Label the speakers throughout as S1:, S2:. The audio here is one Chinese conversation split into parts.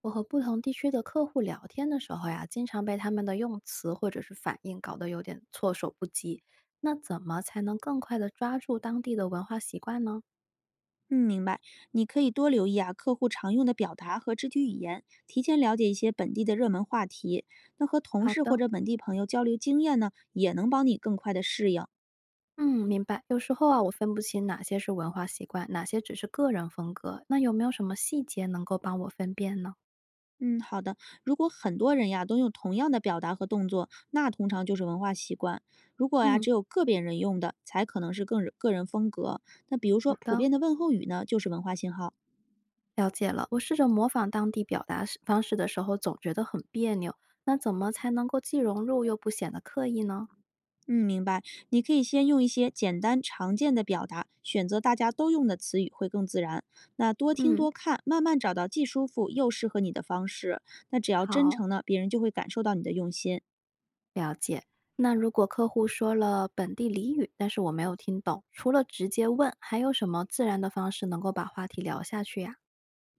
S1: 我和不同地区的客户聊天的时候呀，经常被他们的用词或者是反应搞得有点措手不及。那怎么才能更快地抓住当地的文化习惯呢？
S2: 嗯，明白。你可以多留意啊，客户常用的表达和肢体语言，提前了解一些本地的热门话题。那和同
S1: 好
S2: 事或
S1: 的，
S2: 者本地朋友交流经验呢，也能帮你更快的适应。
S1: 嗯，明白。有时候啊，我分不清哪些是文化习惯，哪些只是个人风格。那有没有什么细节能够帮我分辨呢？
S2: 嗯，好的。如果很多人呀都用同样的表达和动作，那通常就是文化习惯。如果呀
S1: 嗯，
S2: 只有个别人用的，才可能是更个人风格。那比如
S1: 好
S2: 说，普
S1: 的，
S2: 遍的问候语呢，就是文化信号。
S1: 了解了。我试着模仿当地表达式方式的时候，总觉得很别扭。那怎么才能够既融入又不显得刻意呢？
S2: 嗯，明白。你可以先用一些简单常见的表达，选择大家都用的词语会更自然。那多听
S1: 嗯，
S2: 多看，慢慢找到既舒服又适合你的方式。那只要真
S1: 好。
S2: 诚呢，别人就会感受到你的用心。
S1: 了解。那如果客户说了本地俚语，但是我没有听懂，除了直接问，还有什么自然的方式能够把话题聊下去呀？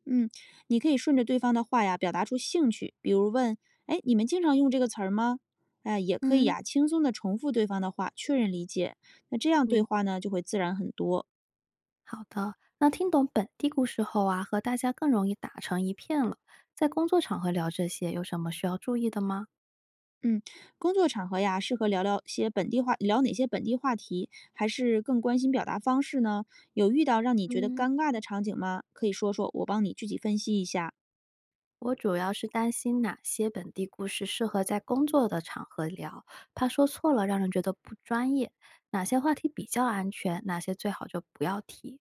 S2: 嗯，你可以顺着对方的话呀，表达出兴趣，比如问：“哎，你们经常用这个词儿吗？”哎，也可以
S1: 嗯，
S2: 呀，轻松的重复对方的话，确认理解。那这样对
S1: 明
S2: 话呢，就会自然很多。
S1: 好的。那听懂本地故事后啊，和大家更容易打成一片了。在工作场合聊这些，有什么需要注意的吗？
S2: 嗯，工作场合呀，适合聊聊些本地话，聊哪些本地话题，还是更关心表达方式呢？有遇到让你觉得
S1: 嗯，
S2: 尴尬的场景吗？可以说说，我帮你具体分析一下。
S1: 我主要是担心哪些本地故事适合在工作的场合聊，怕说错了让人觉得不专业。哪些话题比较安全，哪些最好就不要提。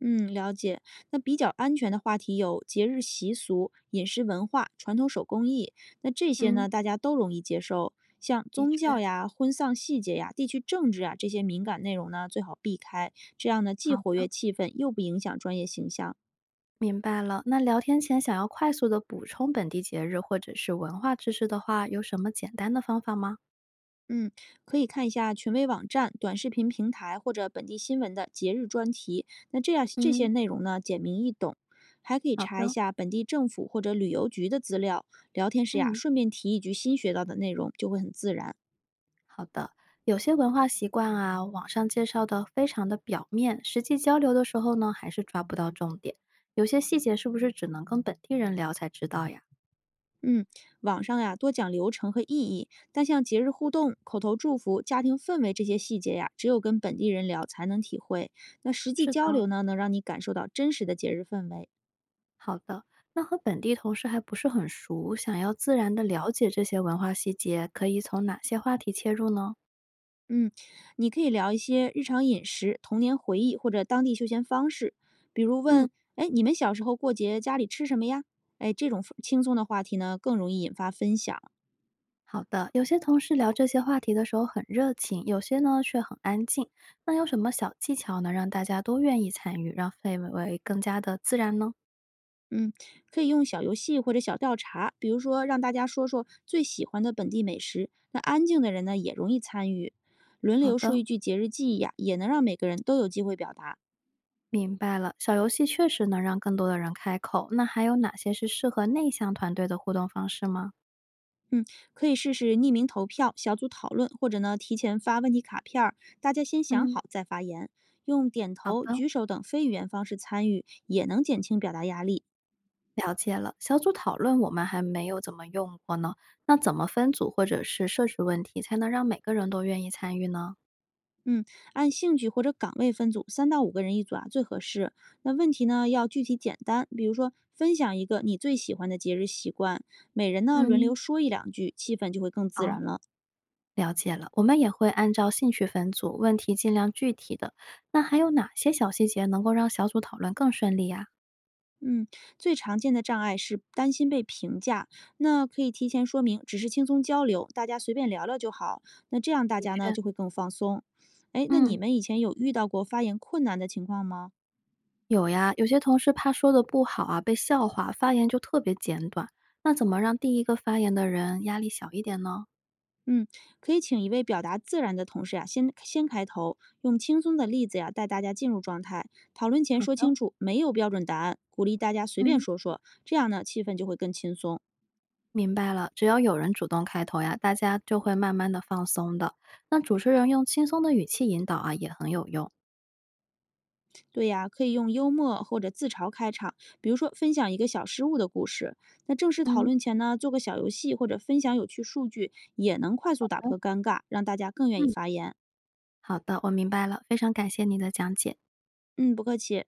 S2: 嗯，了解。那比较安全的话题有节日习俗、饮食文化、传统手工艺，那这些
S1: 嗯，
S2: 呢，大家都容易接受。像
S1: 的
S2: 宗教
S1: 确。
S2: 呀、婚丧细节呀、地区政治啊这些敏感内容呢，最好避开。这样呢，
S1: 好
S2: 既活跃
S1: 的，
S2: 气氛，又不影响专业形象。
S1: 明白了。那聊天前想要快速的补充本地节日或者是文化知识的话，有什么简单的方法吗？
S2: 嗯，可以看一下权威网站、短视频平台或者本地新闻的节日专题。那这样这些
S1: 嗯，
S2: 内容呢，简明易懂。还可以
S1: 好
S2: 查一
S1: 的，
S2: 下本地政府或者旅游局的资料。聊天时呀，
S1: 嗯，
S2: 顺便提一句新学到的内容，就会很自然。
S1: 好的。有些文化习惯啊，网上介绍的非常的表面，实际交流的时候呢，还是抓不到重点。有些细节是不是只能跟本地人聊才知道呀？
S2: 嗯，网上呀多讲流程和意义，但像节日互动、口头祝福、家庭氛围这些细节呀，只有跟本地人聊才能体会。那实际
S1: 是
S2: 交
S1: 的，
S2: 流呢，能让你感受到真实的节日氛围。
S1: 好的。那和本地同事还不是很熟，想要自然的了解这些文化细节，可以从哪些话题切入呢？
S2: 嗯，你可以聊一些日常饮食、童年回忆或者当地休闲方式，比如
S1: 嗯。
S2: 问：“哎，你们小时候过节家里吃什么呀？”哎，这种轻松的话题呢，更容易引发分享。
S1: 好的，有些同事聊这些话题的时候很热情，有些呢却很安静。那有什么小技巧能让大家都愿意参与，让氛围更加的自然呢？
S2: 嗯，可以用小游戏或者小调查，比如说让大家说说最喜欢的本地美食。那安静的人呢，也容易参与，轮
S1: 好
S2: 流说
S1: 的，
S2: 一句节日记忆呀，也能让每个人都有机会表达。
S1: 明白了。小游戏确实能让更多的人开口。那还有哪些是适合内向团队的互动方式吗？
S2: 嗯，可以试试匿名投票、小组讨论，或者呢提前发问题卡片儿，大家先想
S1: 嗯，
S2: 好再发言，用点
S1: 好
S2: 头、
S1: 的，
S2: 举手等非语言方式参与，也能减轻表达压力。
S1: 了解了。小组讨论我们还没有怎么用过呢。那怎么分组或者是设置问题，才能让每个人都愿意参与呢？
S2: 嗯，按兴趣或者岗位分组，3到5个人一组啊最合适。那问题呢要具体简单，比如说分享一个你最喜欢的节日习惯，每人呢轮
S1: 嗯，
S2: 流说一两句，气氛就会更自
S1: 好。
S2: 然了。
S1: 了解了，我们也会按照兴趣分组，问题尽量具体的。那还有哪些小细节能够让小组讨论更顺利呀？
S2: 嗯，最常见的障碍是担心被评价，那可以提前说明，只是轻松交流，大家随便聊聊就好。那这样大
S1: 的
S2: 家呢
S1: 确，
S2: 就会更放松。哎，那你
S1: 嗯，
S2: 们以前有遇到过发言困难的情况吗？
S1: 有呀，有些同事怕说的不好啊，被笑话，发言就特别简短。那怎么让第一个发言的人压力小一点呢？
S2: 嗯，可以请一位表达自然的同事呀、先开头，用轻松的例子呀、带大家进入状态。讨论前
S1: 好
S2: 说
S1: 的，
S2: 清楚，没有标准答案，鼓励大家随便
S1: 嗯，
S2: 说说，这样呢气氛就会更轻松。
S1: 明白了。只要有人主动开头呀，大家就会慢慢的放松的。那主持人用轻松的语气引导啊，也很有用。
S2: 对呀，可以用幽默或者自嘲开场，比如说分享一个小失误的故事。那正式讨
S1: 嗯，
S2: 论前呢，做个小游戏或者分享有趣数据，也能快速打破
S1: 好
S2: 尴尬，让大家更愿意
S1: 嗯，
S2: 发言。
S1: 好的，我明白了，非常感谢你的讲解。
S2: 嗯，不客气。